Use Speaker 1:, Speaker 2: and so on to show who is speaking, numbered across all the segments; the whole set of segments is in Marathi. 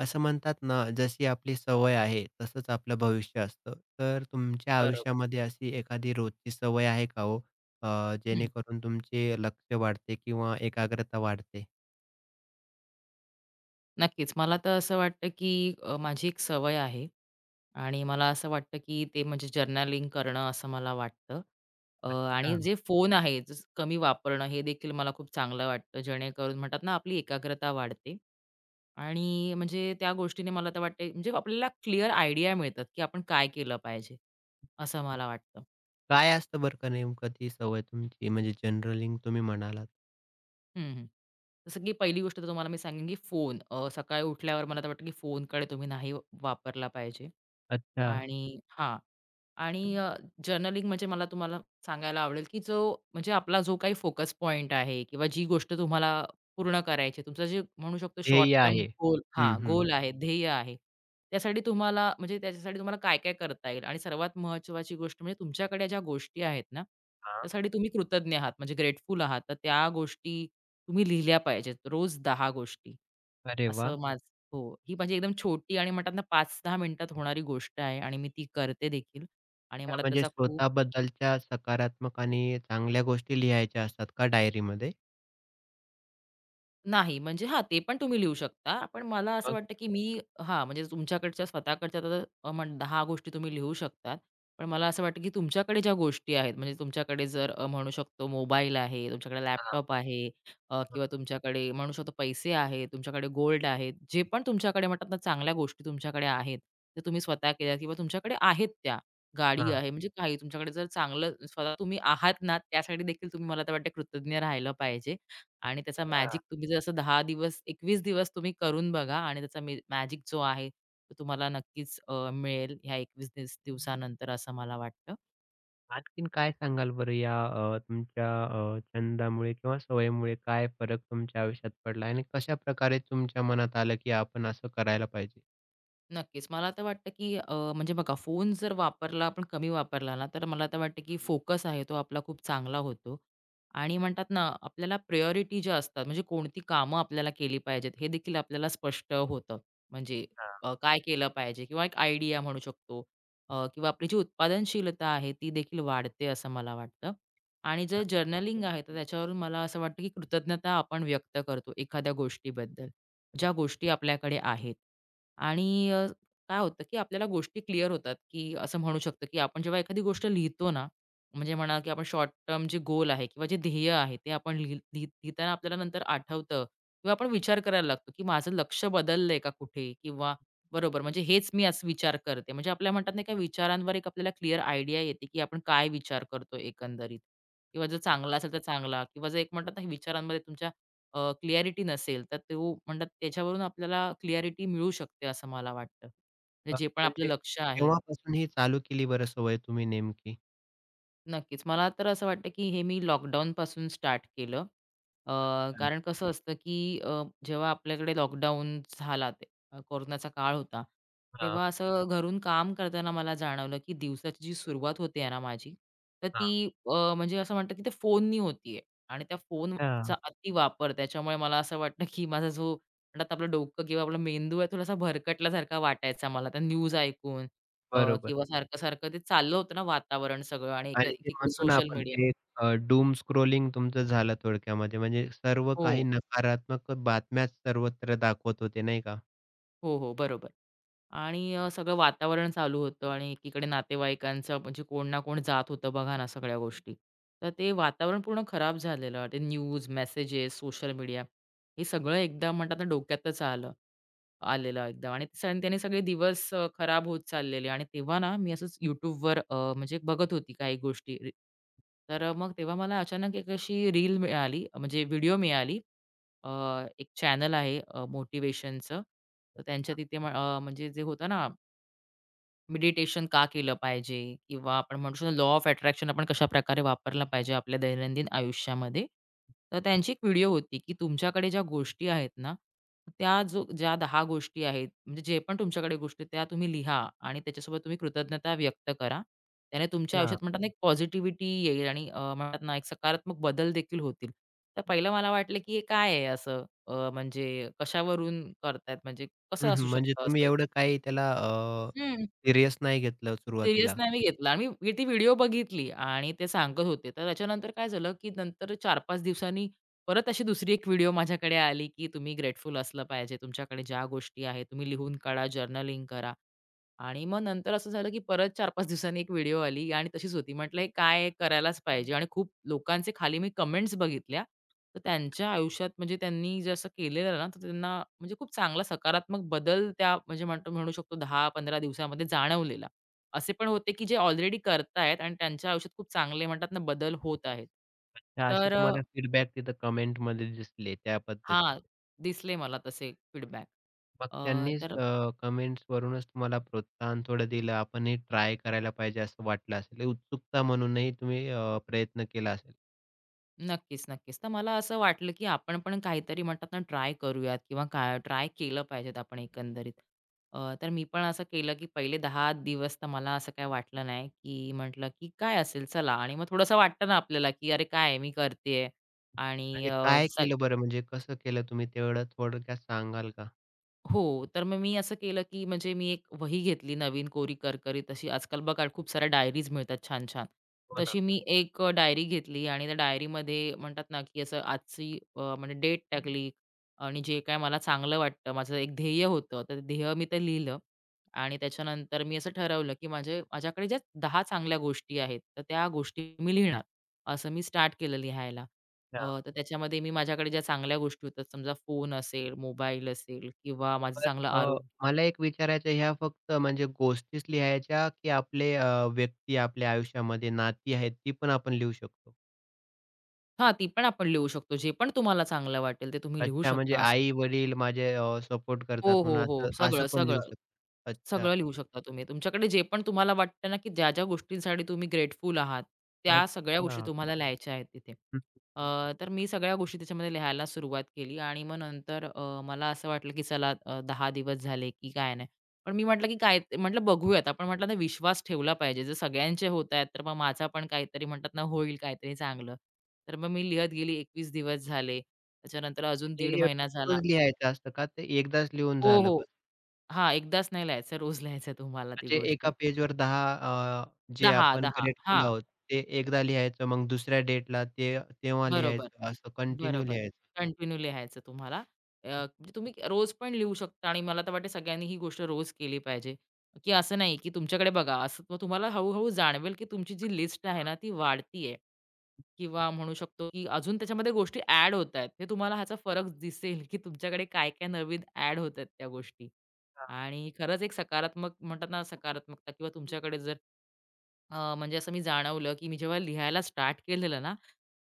Speaker 1: असं म्हणतात ना, जशी आपली सवय आहे, तसंच आपलं भविष्य असतं. तर तुमच्या
Speaker 2: बरोबर.
Speaker 1: आयुष्यामध्ये अशी एखादी रोजची सवय आहे का हो?
Speaker 2: हं.
Speaker 1: जेणेकरून तुमचे लक्ष वाढते किंवा एकाग्रता वाढते?
Speaker 2: नक्कीच. मला तर असं वाटतं, की माझी एक सवय आहे आणि मला असं वाटतं, की ते म्हणजे जर्नलिंग करणं असं मला वाटतं. अ, आणि
Speaker 1: अच्छा.
Speaker 2: जे फोन आहे जसं कमी वापरणं हे देखील मला खूप चांगलं वाटतं. जेणेकरून म्हणतात ना आपली एकाग्रता वाढते आणि म्हणजे त्या गोष्टीने मला तर वाटते म्हणजे आपल्याला क्लिअर आयडिया मिळतात, की आपण काय केलं पाहिजे, असं मला वाटतं.
Speaker 1: काय असतं बरं का नेमकं ती सवय तुमची? म्हणजे जर्नलिंग तुम्ही म्हणालात.
Speaker 2: हं, हं. जसं की पहिली गोष्ट तर तुम्हाला मी सांगेन, की फोन सकाळी उठल्यावर मला तर वाटतं, की फोनकडे तुम्ही नाही वापरला पाहिजे.
Speaker 1: अच्छा.
Speaker 2: आणि हां. आणि जर्नलिंग म्हणजे मला तुम्हाला सांगायला आवडेल, की जो म्हणजे आपला जो काही फोकस पॉइंट आहे किंवा जी गोष्ट तुम्हाला पूर्ण करायची आहे, तुमचं जे म्हणू शकतो शॉर्ट
Speaker 1: ध्येय
Speaker 2: टर्म
Speaker 1: आहे.
Speaker 2: गोल
Speaker 1: हं,
Speaker 2: हां,
Speaker 1: हं.
Speaker 2: गोल आहे, ध्येय आहे. त्यासाठी तुम्हाला म्हणजे त्याच्यासाठी तुम्हाला काय-काय करता येईल आणि सर्वात महत्त्वाची गोष्ट म्हणजे तुमच्याकडे ज्या गोष्टी आहेत ना,
Speaker 1: हां.
Speaker 2: त्यासाठी तुम्ही कृतज्ञ आहात म्हणजे ग्रेटफुल आहात. तर त्या गोष्टी तुम्ही लिहिल्या पाहिजेत रोज 10 गोष्टी.
Speaker 1: अरे वाह!
Speaker 2: असं माझं हो, ही माझी एकदम छोटी आणि म्हणतात ना 5-10 मिनिटात होणारी गोष्ट आहे आणि मी ती करते देखील आणि
Speaker 1: त्या
Speaker 2: मला
Speaker 1: म्हणजे
Speaker 2: त्याचा खूप
Speaker 1: स्वतःबद्दलच्या सकारात्मक आणि चांगल्या गोष्टी लिहायच्या असतात का डायरीमध्ये?
Speaker 2: नाही, म्हणजे हां, ते पण तुम्ही लिहू शकता. पण मला असं
Speaker 1: मग
Speaker 2: वाटतं, की मी हां, म्हणजे तुमच्याकडच्या स्वतःकडच्या तर अ, म्हण 10 गोष्टी तुम्ही लिहू शकतात. पण मला असं वाटतं, की तुमच्याकडे ज्या गोष्टी आहेत, म्हणजे तुमच्याकडे जर म्हणू शकतो मोबाईल आहे, तुमच्याकडे
Speaker 1: हां,
Speaker 2: लॅपटॉप आहे
Speaker 1: हां,
Speaker 2: किंवा तुमच्याकडे म्हणू शकतो पैसे आहेत, तुमच्याकडे गोल्ड आहेत. जे पण तुमच्याकडे म्हणतात ना, चांगल्या गोष्टी तुमच्याकडे आहेत, ते तुम्ही स्वतः केल्या किंवा तुमच्याकडे आहेत त्या. गाडी आहे, म्हणजे काही तुमच्याकडे जर चांगलं स्वतः तुम्ही आहात ना, त्यासाठी देखील तुम्ही मला तर वाटतं कृतज्ञ राहिलं पाहिजे. आणि त्याचा
Speaker 1: हां.
Speaker 2: मॅजिक तुम्ही जसं 10 दिवस, 21 दिवस तुम्ही करून बघा आणि त्याचा मॅजिक जो आहे, तो तुम्हाला नक्कीच मिळेल ह्या 21 दिवसानंतर असं मला वाटतं.
Speaker 1: आणखीन काय सांगाल बरं या तुमच्या छंदामुळे किंवा सवयीमुळे काय फरक तुमच्या आयुष्यात पडला आणि कशा प्रकारे तुमच्या मनात आलं की आपण असं करायला पाहिजे?
Speaker 2: नक्कीच. मला तर वाटतं, की म्हणजे बघा फोन जर वापरला आपण कमी वापरला ना, तर मला तर वाटतं, की फोकस आहे तो आपला खूप चांगला होतो. आणि म्हणतात ना, आपल्याला प्रायोरिटी ज्या असतात म्हणजे कोणती कामं आपल्याला केली पाहिजेत, हे देखील आपल्याला स्पष्ट होतं. म्हणजे
Speaker 1: हां.
Speaker 2: काय केलं पाहिजे किंवा एक आयडिया म्हणू शकतो किंवा आपली जी उत्पादनशीलता आहे, ती देखील वाढते असं मला वाटतं. आणि जर जर्नलिंग आहे, तर त्याच्यावरून मला असं वाटतं, की कृतज्ञता आपण व्यक्त करतो एखाद्या गोष्टीबद्दल. ज्या गोष्टी आपल्याकडे आहेत. आणि काय होतं, की आपल्याला गोष्टी क्लिअर होतात, की असं म्हणू शकतो, की आपण जेव्हा एखादी गोष्ट लिहितो ना, म्हणजे म्हणा, की आपण शॉर्ट टर्म जे गोल आहे किंवा जे ध्येय आहे, ते आपण लिह लिह लिहिताना आपल्याला नंतर आठवतं किंवा आपण विचार करायला लागतो, की माझं लक्ष बदललंय का कुठे? किंवा बरोबर, म्हणजे हेच मी असं विचार करते. म्हणजे आपल्या म्हणतात ना, की विचारांवर एक आपल्याला क्लिअर आयडिया येते, की आपण काय विचार करतो एकंदरीत किंवा जर चांगला असेल तर चांगला किंवा जर एक म्हणतात ना, विचारांमध्ये तुमच्या अ, नसेल, तर तो म्हणतात त्याच्यावरून आपल्याला क्लिअॅरिटी मिळू शकते असं मला वाटतं. म्हणजे
Speaker 1: अ,
Speaker 2: जे पण आपलं
Speaker 1: म्हणजे
Speaker 2: लक्ष आहे,
Speaker 1: केव्हापासून ही चालू केली बरं सवय तुम्ही नेमकी?
Speaker 2: नक्कीच. मला तर असं वाटतं, की हे मी लॉकडाऊनपासून स्टार्ट केलं. अ,
Speaker 1: हं.
Speaker 2: कारण कसं असतं, की जेव्हा आपल्याकडे लॉकडाऊन झाला ते कोरोनाचा काळ होता,
Speaker 1: हां,
Speaker 2: तेव्हा असं घरून काम करताना मला जाणवलं, की दिवसाची जी सुरुवात होते ना माझी, तर
Speaker 1: हां.
Speaker 2: ती म्हणजे असं म्हणतात, की ते फोननी होतीये आणि त्या
Speaker 1: हां,
Speaker 2: फोनचा अतिवापर त्याच्यामुळे मला असं वाटतं, की माझा जो म्हणतात आपलं डोकं किंवा आपला मेंदू आहे थोडासा भरकटल्यासारखा वाटायचा मला त्या न्यूज ऐकून
Speaker 1: बरोबर.
Speaker 2: किंवा सारखं-सारखं ते चाललं होतं ना वातावरण सगळं आणि
Speaker 1: आणि ते
Speaker 2: एकीकडे
Speaker 1: म्हणतो ना
Speaker 2: सोशल
Speaker 1: आपण
Speaker 2: मीडिया
Speaker 1: एक डूम स्क्रॉलिंग तुमचं झालं थोडक्यामध्ये, म्हणजे सर्व काही
Speaker 2: हो,
Speaker 1: नकारात्मक बातम्याच सर्वत्र दाखवत होते, नाही का?
Speaker 2: हो, हो, बरोबर. आणि सगळं वातावरण चालू होतं आणि एकीकडे नातेवाईकांचं म्हणजे कोण ना कोण जात होतं बघा ना सगळ्या गोष्टी. तर ते वातावरण पूर्ण खराब झालेलं. ते न्यूज, मेसेजेस, सोशल मीडिया हे सगळं एकदा म्हणतात ना डोक्यातच आलं. आलेला एकदम आणि सण त्याने सगळे दिवस खराब होत चाललेले आणि तेव्हा ना मी असंच YouTubeवर म्हणजे बघत होती काही गोष्टी. तर मग तेव्हा मला अचानक एक अशी रील मिळाली म्हणजे व्हिडिओ मिळाली. अ, एक चॅनल आहे मोटिव्हेशनचं. तर त्यांच्या तिथे म्हणजे जे होतं ना मेडिटेशन का केलं पाहिजे? किंवा आपण म्हणू शकतो लॉ ऑफ अट्रॅक्शन आपण कशाप्रकारे वापरला पाहिजे आपल्या दैनंदिन आयुष्यामध्ये. तर त्यांची एक व्हिडिओ होती, की तुमच्याकडे ज्या गोष्टी आहेत ना, त्या ज्या 10 गोष्टी आहेत, म्हणजे जे पण तुमच्याकडे गोष्टी आहेत, त्या तुम्ही लिहा आणि त्याच्यासोबत तुम्ही कृतज्ञता व्यक्त करा. त्याने तुमच्या आयुष्यात म्हणतात ना, एक पॉझिटिव्हिटी येईल आणि म्हणतात ना, एक सकारात्मक बदल देखील होतील. तर पहिलं मला वाटलं, की हे काय आहे असं? म्हणजे कशावरून करतायत? म्हणजे कसं
Speaker 1: हं, हं.
Speaker 2: असू
Speaker 1: म्हणजे
Speaker 2: शकतं
Speaker 1: तुम्ही
Speaker 2: असं?
Speaker 1: एवढं काही त्याला सिरियस नाही घेतलं
Speaker 2: सीरियस
Speaker 1: सुरुवातीला.
Speaker 2: नाही मी घेतला आणि मी ती व्हिडिओ बघितली आणि ते सांगत होते. तर त्याच्यानंतर काय झालं, की नंतर 4-5 दिवसांनी परत अशी दुसरी एक व्हिडिओ माझ्याकडे आली, की तुम्ही ग्रेटफुल असलं पाहिजे. तुमच्याकडे ज्या गोष्टी आहेत, तुम्ही लिहून काढा, जर्नलिंग करा. आणि मग नंतर असं झालं, की परत चार 5 दिवसांनी एक व्हिडिओ आली आणि तशीच होती. म्हटलं हे काय करायलाच पाहिजे आणि खूप लोकांचे खाली मी कमेंट्स बघितल्या. तर त्यांच्या आयुष्यात म्हणजे त्यांनी जे असं केलेलं ना, तर त्यांना म्हणजे खूप चांगला सकारात्मक बदल त्या म्हणजे म्हणू शकतो 10-15 दिवसामध्ये जाणवलेला. असे पण होते, की जे ऑलरेडी करतायत आणि त्यांच्या आयुष्यात खूप चांगले म्हणतात ना बदल होत आहेत.
Speaker 1: तर असे
Speaker 2: तर
Speaker 1: तुम्हाला
Speaker 2: अच्छा.
Speaker 1: फीडबॅक तिथं कमेंटमध्ये दिसले त्या पद्धतीचे.
Speaker 2: दिसले मला तसे फीडबॅक.
Speaker 1: मग त्यांनीच
Speaker 2: तर
Speaker 1: कमेंट्सवरूनच तुम्हाला प्रोत्साहन थोडं दिलं. आपण हे ट्राय करायला पाहिजे असं वाटलं असेल. उत्सुकता म्हणूनही तुम्ही प्रयत्न केला असेल.
Speaker 2: नक्कीच, नक्कीच. तर मला असं वाटलं, की आपण पण काहीतरी म्हणतात ना ट्राय करूयात किंवा काय ट्राय केलं पाहिजेत आपण एकंदरीत. तर मी पण असं केलं, की पहिले 10 दिवस तर मला असं काही वाटलं नाही, की म्हटलं, की काय असेल चला आणि मग थोडंसं वाटतं ना आपल्याला, की अरे काय मी करतेय आणि
Speaker 1: म्हणजे
Speaker 2: अ,
Speaker 1: काय
Speaker 2: स
Speaker 1: केलं बरं, म्हणजे कसं केलं तुम्ही, तेवढं थोडक्यात सांगाल का?
Speaker 2: हो, तर मग मी असं केलं, की म्हणजे मी एक वही घेतली नवीन कोरी करकरीत अशी आजकाल बघा खूप साऱ्या डायरीज मिळतात छान-छान.
Speaker 1: हो ना.
Speaker 2: तशी मी एक डायरी घेतली आणि त्या डायरीमध्ये म्हणतात ना, की असं आजची म्हणजे डेट टाकली आणि जे काय मला चांगलं वाटतं, माझं एक ध्येय होतं, तर ते ध्येय मी ते लिहिलं आणि त्याच्यानंतर मी असं ठरवलं, की माझ्याकडे ज्या 10 चांगल्या गोष्टी आहेत, तर त्या गोष्टी मी लिहिणार. असं मी स्टार्ट केलं लिहायला. तर त्याच्यामध्ये मी माझ्याकडे ज्या चांगल्या गोष्टी होतात, समजा फोन असेल, मोबाईल असेल किंवा माझं
Speaker 1: तर
Speaker 2: चांगलं
Speaker 1: अ,
Speaker 2: आरोग्य
Speaker 1: मला एक विचारायचं, ह्या फक्त म्हणजे गोष्टीच लिहायच्या की आपले व्यक्ती आपल्या आयुष्यामध्ये नाती आहेत ती पण आपण लिहू शकतो?
Speaker 2: हां, ती पण आपण लिहू शकतो. जे पण तुम्हाला चांगलं वाटेल ते तुम्ही लिहू
Speaker 1: अच्छा, म्हणजे
Speaker 2: शकता. असं
Speaker 1: आई-वडील माझे सपोर्ट
Speaker 2: हो,
Speaker 1: करतात
Speaker 2: हो,
Speaker 1: म्हणून
Speaker 2: हो.
Speaker 1: असं असं
Speaker 2: सगळं,
Speaker 1: पण लिहू
Speaker 2: सगळं.
Speaker 1: शकतो. अच्छा.
Speaker 2: सगळं लिहू शकता तुम्ही. तुमच्याकडे जे पण तुम्हाला वाटतं ना, की ज्या-ज्या गोष्टींसाठी तुम्ही ग्रेटफुल आहात, त्या सगळ्या गोष्टी
Speaker 1: अच्छा.
Speaker 2: तुम्हाला लिहायच्या आहेत तिथे.
Speaker 1: हं.
Speaker 2: अ, तर मी सगळ्या गोष्टी त्याच्यामध्ये लिहायला सुरुवात केली आणि मग नंतर मला असं वाटलं, की चला 10 दिवस झाले, की काय नाही. पण मी म्हटलं, की काय म्हटलं बघूयात. आपण म्हटलं ना, विश्वास ठेवला पाहिजे. जर सगळ्यांचे होत आहेत, तर मग माझा पण काहीतरी म्हणतात ना, होईल काहीतरी चांगलं. तर मग मी लिहत गेली 21 दिवस झाले. त्याच्यानंतर अजून
Speaker 1: म्हणजे
Speaker 2: दीड
Speaker 1: हे
Speaker 2: महिना झाला.
Speaker 1: रोज लिहायचं असतं का ते एकदाच लिहून
Speaker 2: हो,
Speaker 1: झालं
Speaker 2: हो.
Speaker 1: बस?
Speaker 2: हां, एकदाच नाही लिहायचं, रोज लिहायचं तुम्हाला ती
Speaker 1: म्हणजे
Speaker 2: गोष्ट.
Speaker 1: एका पेजवर 10 जे आपण
Speaker 2: 10-10
Speaker 1: ग्रेटफुल
Speaker 2: हां,
Speaker 1: आहोत ते एकदा लिहायचं, मग दुसऱ्या डेटला ते तेव्हा
Speaker 2: बरोबर,
Speaker 1: लिहायचं, असं कंटिन्यू
Speaker 2: बरोबर.
Speaker 1: लिहायचं.
Speaker 2: कंटिन्यू लिहायचं तुम्हाला. म्हणजे तुम्ही रोज पण लिहू शकता आणि मला तर वाटतं सगळ्यांनी ही गोष्ट रोज केली पाहिजे, की असं नाही की तुमच्याकडे बघा असं मग तुम्हाला हळू जाणवेल की तुमची जी लिस्ट आहे
Speaker 1: हां,
Speaker 2: ना ती वाढतीये किंवा म्हणू शकतो की अजून त्याच्यामध्ये गोष्टी ॲड होतायत. हे तुम्हाला ह्याचा फरक दिसेल की तुमच्याकडे काय-काय नवीन ॲड होतायत त्या गोष्टी. आणि खरंच एक सकारात्मक म्हणतात ना, सकारात्मकता किंवा तुमच्याकडे जर म्हणजे असं मी जाणवलं, की मी जेव्हा लिहायला स्टार्ट केलेलं ना,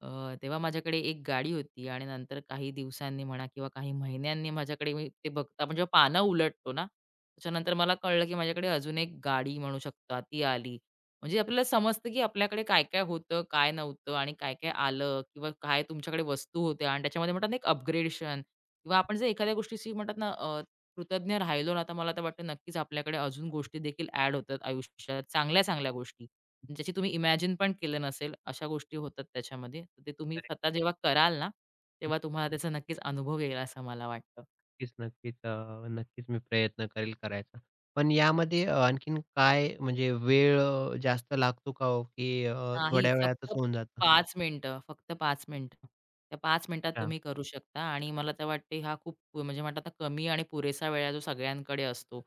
Speaker 2: तेव्हा माझ्याकडे एक गाडी होती आणि नंतर काही दिवसांनी म्हणा किंवा काही महिन्यांनी माझ्याकडे मी ते बघता म्हणजे पानं उलटतो ना, त्याच्यानंतर मला कळलं, की माझ्याकडे अजून एक गाडी म्हणू शकता ती आली. म्हणजे आपल्याला समजतं, की आपल्याकडे काय-काय होतं, काय नव्हतं आणि काय-काय आलं किंवा काय तुमच्याकडे वस्तू होत्या आणि त्याच्यामध्ये म्हणतात ना एक अपग्रेडेशन किंवा आपण जर एखाद्या गोष्टीशी म्हणतात ना कृतज्ञ राहिलो ना, तर मला तर वाटतं नक्कीच आपल्याकडे अजून गोष्टी देखील ॲड होतात आयुष्यात, चांगल्या-चांगल्या गोष्टी. ज्याची तुम्ही इमॅजिन पण केलं नसेल, अशा गोष्टी होतात त्याच्यामध्ये. तर ते तुम्ही स्वतः जेव्हा कराल ना, तेव्हा तुम्हाला त्याचा नक्कीच अनुभव येईल असं मला वाटतं.
Speaker 1: नक्कीच, नक्कीच. नक्कीच मी प्रयत्न करेल करायचा. पण
Speaker 2: हो.
Speaker 1: यामध्ये आणखीन काय म्हणजे वेळ जास्त लागतो का हो, की
Speaker 2: नाही,
Speaker 1: थोड्या वेळातच
Speaker 2: फक्त
Speaker 1: होऊन जातं?
Speaker 2: 5 मिनिटं, फक्त 5 मिनिटं. त्या 5 मिनिटात
Speaker 1: अच्छा.
Speaker 2: तुम्ही करू शकता आणि मला तर वाटते हा खूप म्हणजे म्हणतात ना कमी आणि पुरेसा वेळ आहे जो सगळ्यांकडे असतो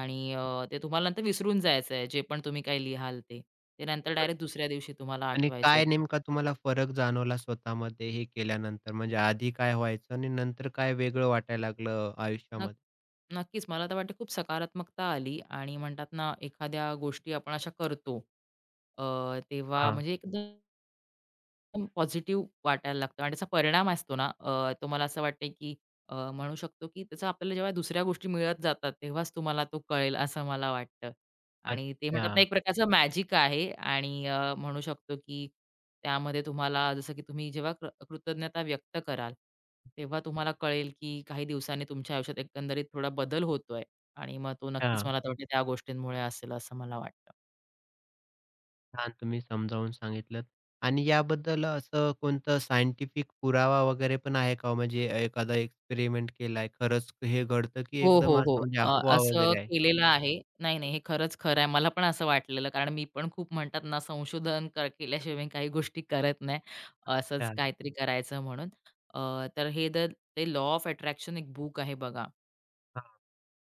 Speaker 2: आणि ते तुम्हाला नंतर विसरून जायचं आहे, जे पण तुम्ही काही लिहाल ते. ते नंतर
Speaker 1: बरोबर.
Speaker 2: डायरेक्ट दुसऱ्या दिवशी तुम्हाला
Speaker 1: आणि
Speaker 2: आठवायचं
Speaker 1: काय
Speaker 2: आहे.
Speaker 1: नेमका तुम्हाला फरक जाणवला स्वतःमध्ये हे केल्यानंतर? म्हणजे आधी काय व्हायचं आणि नंतर काय वेगळं वाटायला लागलं
Speaker 2: नक
Speaker 1: आयुष्यामध्ये?
Speaker 2: नक्कीच. मला तर वाटतं खूप सकारात्मकता आली आणि म्हणतात ना, एखाद्या गोष्टी आपण अशा करतो, अ, तेव्हा
Speaker 1: हां.
Speaker 2: म्हणजे एक एकदम पॉझिटिव्ह वाटायला लागतं आणि त्याचा परिणाम असतो ना, तो मला असं वाटतंय की म्हणू शकतो की त्याचा आपल्याला जेव्हा दुसऱ्या गोष्टी मिळत जातात, तेव्हाच तुम्हाला तो कळेल असं मला वाटतं. आणि ते
Speaker 1: अच्छा.
Speaker 2: म्हणतात ना, एक प्रकारचं मॅजिक आहे आणि म्हणू शकतो की त्यामध्ये तुम्हाला जसं की तुम्ही जेव्हा कृतज्ञता व्यक्त कराल, तेव्हा तुम्हाला कळेल की काही दिवसांनी तुमच्या आयुष्यात एकंदरीत थोडा बदल होतोय आणि मग तो
Speaker 1: अच्छा.
Speaker 2: नक्कीच मला तर वाटतं त्या गोष्टींमुळे असेल असं मला वाटतं.
Speaker 1: छान तुम्ही समजावून सांगितलंत. आणि याबद्दल असं कोणतं सायंटिफिक पुरावा वगैरे पण आहे का हो? म्हणजे एखादा एक्सपेरिमेंट केलाय, खरंच हे घडतं की
Speaker 2: हो, हो,
Speaker 1: एकदम
Speaker 2: हो.
Speaker 1: असं म्हणजे अफवा
Speaker 2: असं
Speaker 1: वगैरे आहे?
Speaker 2: केलेलं आहे. नाही, नाही, हे खरंच खरं आहे. मला पण असं वाटलेलं, कारण मी पण खूप म्हणतात ना, संशोधन केल्याशिवाय मी काही गोष्टी करत नाही. असंच
Speaker 1: हां.
Speaker 2: काहीतरी करायचं म्हणून. अ, तर हे द ते लॉ ऑफ अट्रॅक्शन एक बुक आहे बघा.
Speaker 1: हां,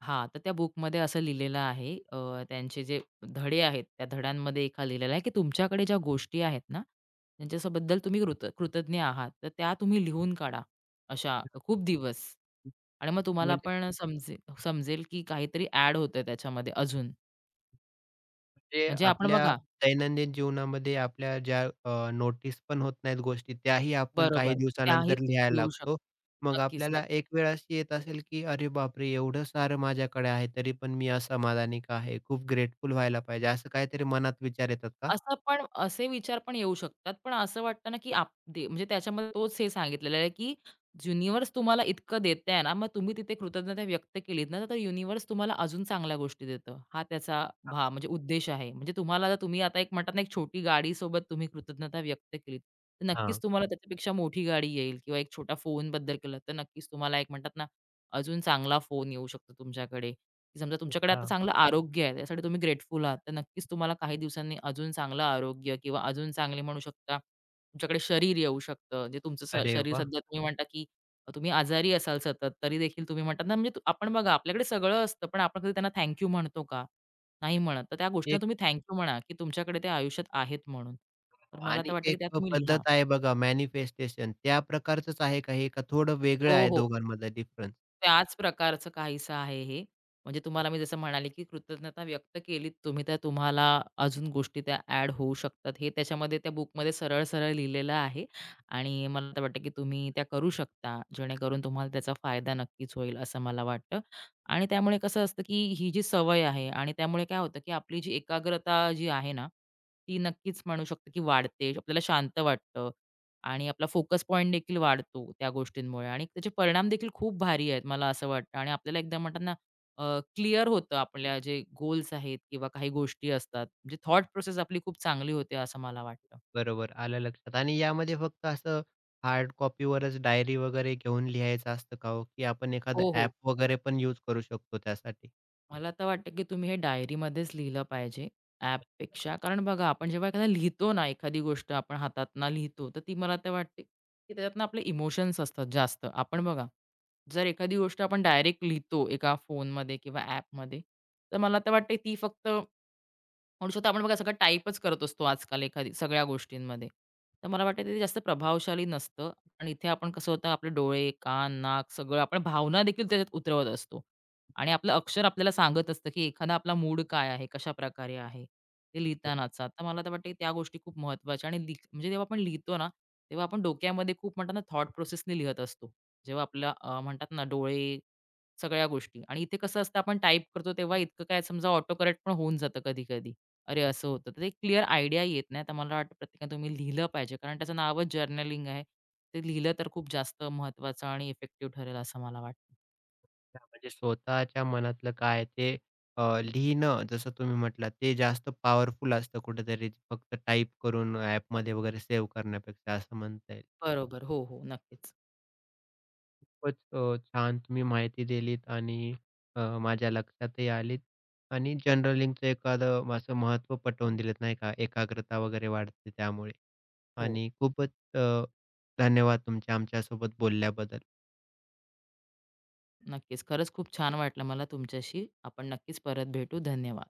Speaker 2: हां, तर त्या बुकमध्ये असं लिहिलेलं आहे. त्यांचे जे धडे आहेत, त्या धड्यांमध्ये एका लिहिलेला आहे, की तुमच्याकडे ज्या गोष्टी आहेत ना, त्यांच्याबद्दल तुम्ही कृतज्ञ आहात, तर त्या तुम्ही लिहून काढा, अशा खूप दिवस. आणि मग तुम्हाला
Speaker 1: म्हणजे
Speaker 2: पण समजेल समजेल, की काहीतरी ॲड होतंय त्याच्यामध्ये अजून.
Speaker 1: म्हणजे
Speaker 2: म्हणजे आपण
Speaker 1: आपल्या
Speaker 2: बघा.
Speaker 1: दैनंदिन जीवनामध्ये आपल्या ज्या नोटीस पण होत नाहीत गोष्टी, त्याही आपण काही
Speaker 2: बरोबर, त्याही
Speaker 1: दिवसानंतर लिहायला
Speaker 2: लिहू
Speaker 1: लागतो.
Speaker 2: शकतो.
Speaker 1: मग
Speaker 2: नक्कीच,
Speaker 1: आपल्याला
Speaker 2: नक्कीच.
Speaker 1: एक वेळ अशी येत असेल की "अरे बापरे! एवढं सारं माझ्याकडे आहे, तरी पण मी असमाधानी का आहे? खूप ग्रेटफुल व्हायला पाहिजे." असं काहीतरी मनात विचार येतात का?
Speaker 2: असं पण असे विचार पण येऊ शकतात. पण असं वाटतं ना, की आप दे म्हणजे त्याच्यामध्ये तोच हे सांगितलेलं आहे, की युनिव्हर्स तुम्हाला इतकं देतंय ना, मग तुम्ही तिथे कृतज्ञता व्यक्त केलीत ना, तर युनिव्हर्स तुम्हाला अजून चांगल्या गोष्टी देतं. हा त्याचा म्हणजे उद्देश आहे. म्हणजे तुम्हाला जर तुम्ही आता एक म्हणतात ना, एक छोटी गाडीसोबत तुम्ही कृतज्ञता व्यक्त केलीत, तर नक्कीच
Speaker 1: हां.
Speaker 2: तुम्हाला त्याच्यापेक्षा मोठी गाडी येईल किंवा एक छोटा फोनबद्दल केलं, तर नक्कीच तुम्हाला एक म्हणतात ना, अजून चांगला फोन येऊ शकतो तुमच्याकडे. की समजा तुमच्याकडे आता
Speaker 1: हां.
Speaker 2: चांगलं आरोग्य आहे, त्यासाठी तुम्ही ग्रेटफुल आहात. तर नक्कीच तुम्हाला काही दिवसांनी अजून चांगलं आरोग्य किंवा अजून चांगले म्हणू शकता, तुमच्याकडे शरीर येऊ शकतं. जे तुमचं स
Speaker 1: अरे
Speaker 2: शरीर
Speaker 1: वाह!
Speaker 2: सध्या तुम्ही म्हणता, की तुम्ही आजारी असाल सतत, तरी देखील तुम्ही म्हणतात ना, म्हणजे आपण बघा, आपल्याकडे सगळं असतं, पण आपण कधी त्यांना थँक म्हणतो का? नाही म्हणत. तर त्या गोष्टीला
Speaker 1: एक
Speaker 2: तुम्ही थँक म्हणा, की तुमच्याकडे ते आयुष्यात आहेत म्हणून. तर मला तर वाटतं, की
Speaker 1: एक
Speaker 2: त्या तुम्ही लिहा.
Speaker 1: पद्धत आहे बघा मॅनिफेस्टेशन, त्या प्रकारचंच आहे का हे? का थोडं वेगळं
Speaker 2: हो,
Speaker 1: आहे
Speaker 2: हो.
Speaker 1: दोघांमधला डिफरन्स?
Speaker 2: त्याच प्रकारचं काहीसं आहे हे. म्हणजे तुम्हाला मी जसं म्हणाले, की कृतज्ञता व्यक्त केलीत तुम्ही, तर तुम्हाला अजून गोष्टी त्या ॲड होऊ शकतात. हे त्याच्यामध्ये त्या बुकमध्ये सरळ-सरळ लिहिलेलं आहे आणि मला तर वाटतं, की तुम्ही त्या करू शकता. जेणेकरून तुम्हाला त्याचा फायदा नक्कीच होईल असं मला वाटतं. आणि त्यामुळे कसं असतं, की ही जी सवय आहे आणि त्यामुळे काय होतं, की आपली जी एकाग्रता जी आहे ना, ती नक्कीच म्हणू शकतो, की वाढते. आपल्याला शांत वाटतं आणि आपला फोकस पॉइंट देखील वाढतो त्या गोष्टींमुळे आणि त्याचे परिणाम देखील खूप भारी आहेत, मला असं वाटतं. आणि आपल्याला एकदा म्हणतात ना, क्लिअर होतं आपल्या जे गोल्स आहेत किंवा काही गोष्टी असतात, म्हणजे थॉट प्रोसेस आपली खूप चांगली होते असं मला वाटतं.
Speaker 1: बरोबर, आलं लक्षात. आणि यामध्ये फक्त असं हार्ड कॉपीवरच डायरी वगैरे घेऊन लिहायचं असतं का हो? की आपण एखादं
Speaker 2: हो, हो.
Speaker 1: ॲप वगैरे पण यूज करू शकतो त्यासाठी?
Speaker 2: मला तर वाटतं की तुम्ही हे डायरीमध्येच लिहिलं पाहिजे, ॲपपेक्षा. कारण बघा, आपण जेव्हा एखादा लिहितो ना, एखादी गोष्ट आपण हातातनं लिहितो, तर ती मला तर वाटते की त्याच्यातनं आपले इमोशन्स असतात जास्त. आपण बघा, जर एखादी गोष्ट आपण डायरेक्ट लिहितो एका फोनमध्ये किंवा ॲपमध्ये, तर मला तर वाटते ती फक्त म्हणू शकतो, आपण बघा, सगळं टाईपच करत असतो आजकाल एखादी सगळ्या गोष्टींमध्ये. तर मला वाटतं ते जास्त प्रभावशाली नसतं आणि इथे आपण कसं होतं, आपले डोळे, कान, नाक सगळं, आपण भावना देखील त्याच्यात उतरवत असतो आणि आपलं अक्षर आपल्याला सांगत असतं, की एखादा आपला मूड काय आहे, कशाप्रकारे आहे, ते लिहितानाचा. तर मला तर वाटतं, त्या गोष्टी खूप महत्त्वाच्या. आणि म्हणजे जेव्हा आपण लिहितो ना, तेव्हा आपण डोक्यामध्ये खूप म्हणतात ना, थॉट प्रोसेसने लिहत असतो. जेव्हा आपला म्हणतात ना, डोळे, सगळ्या गोष्टी. आणि इथे कसं असतं, आपण टाईप करतो तेव्हा इतकं काय, समजा ऑटो करेक्ट पण होऊन जातं कधी-कधी. अरे, असं होतं. तर ते क्लिअर आयडिया येत नाही. तर मला वाटतं प्रत्येकाने तुम्ही लिहिलं पाहिजे. कारण त्याचं नावच जर्नलिंग आहे. ते लिहिलं तर खूप जास्त महत्त्वाचं आणि इफेक्टिव्ह ठरेल असं मला वाटतं.
Speaker 1: अच्छा, म्हणजे स्वतःच्या मनातलं काय आहे ते लिहिणं जसं तुम्ही म्हटलात ते जास्त पॉवरफुल असतं कुठेतरी फक्त टाइप करून ॲपमध्ये वगैरे सेव्ह करण्यापेक्षा, असं म्हणता येईल.
Speaker 2: बरोबर. हो, हो. नक्कीच.
Speaker 1: खूपच छान तुम्ही माहिती दिलीत आणि माझ्या लक्षातही आलीत आणि जर्नलिंगचं एखादं असं महत्त्व पटवून दिलेत नाही का, एकाग्रता वगैरे वाढते त्यामुळे.
Speaker 2: हो,
Speaker 1: आणि खूपच अ, धन्यवाद तुमचे आमच्यासोबत बोलल्याबद्दल.
Speaker 2: नक्कीच. खरंच खूप छान वाटलं मला तुमच्याशी. आपण नक्कीच परत भेटू. धन्यवाद.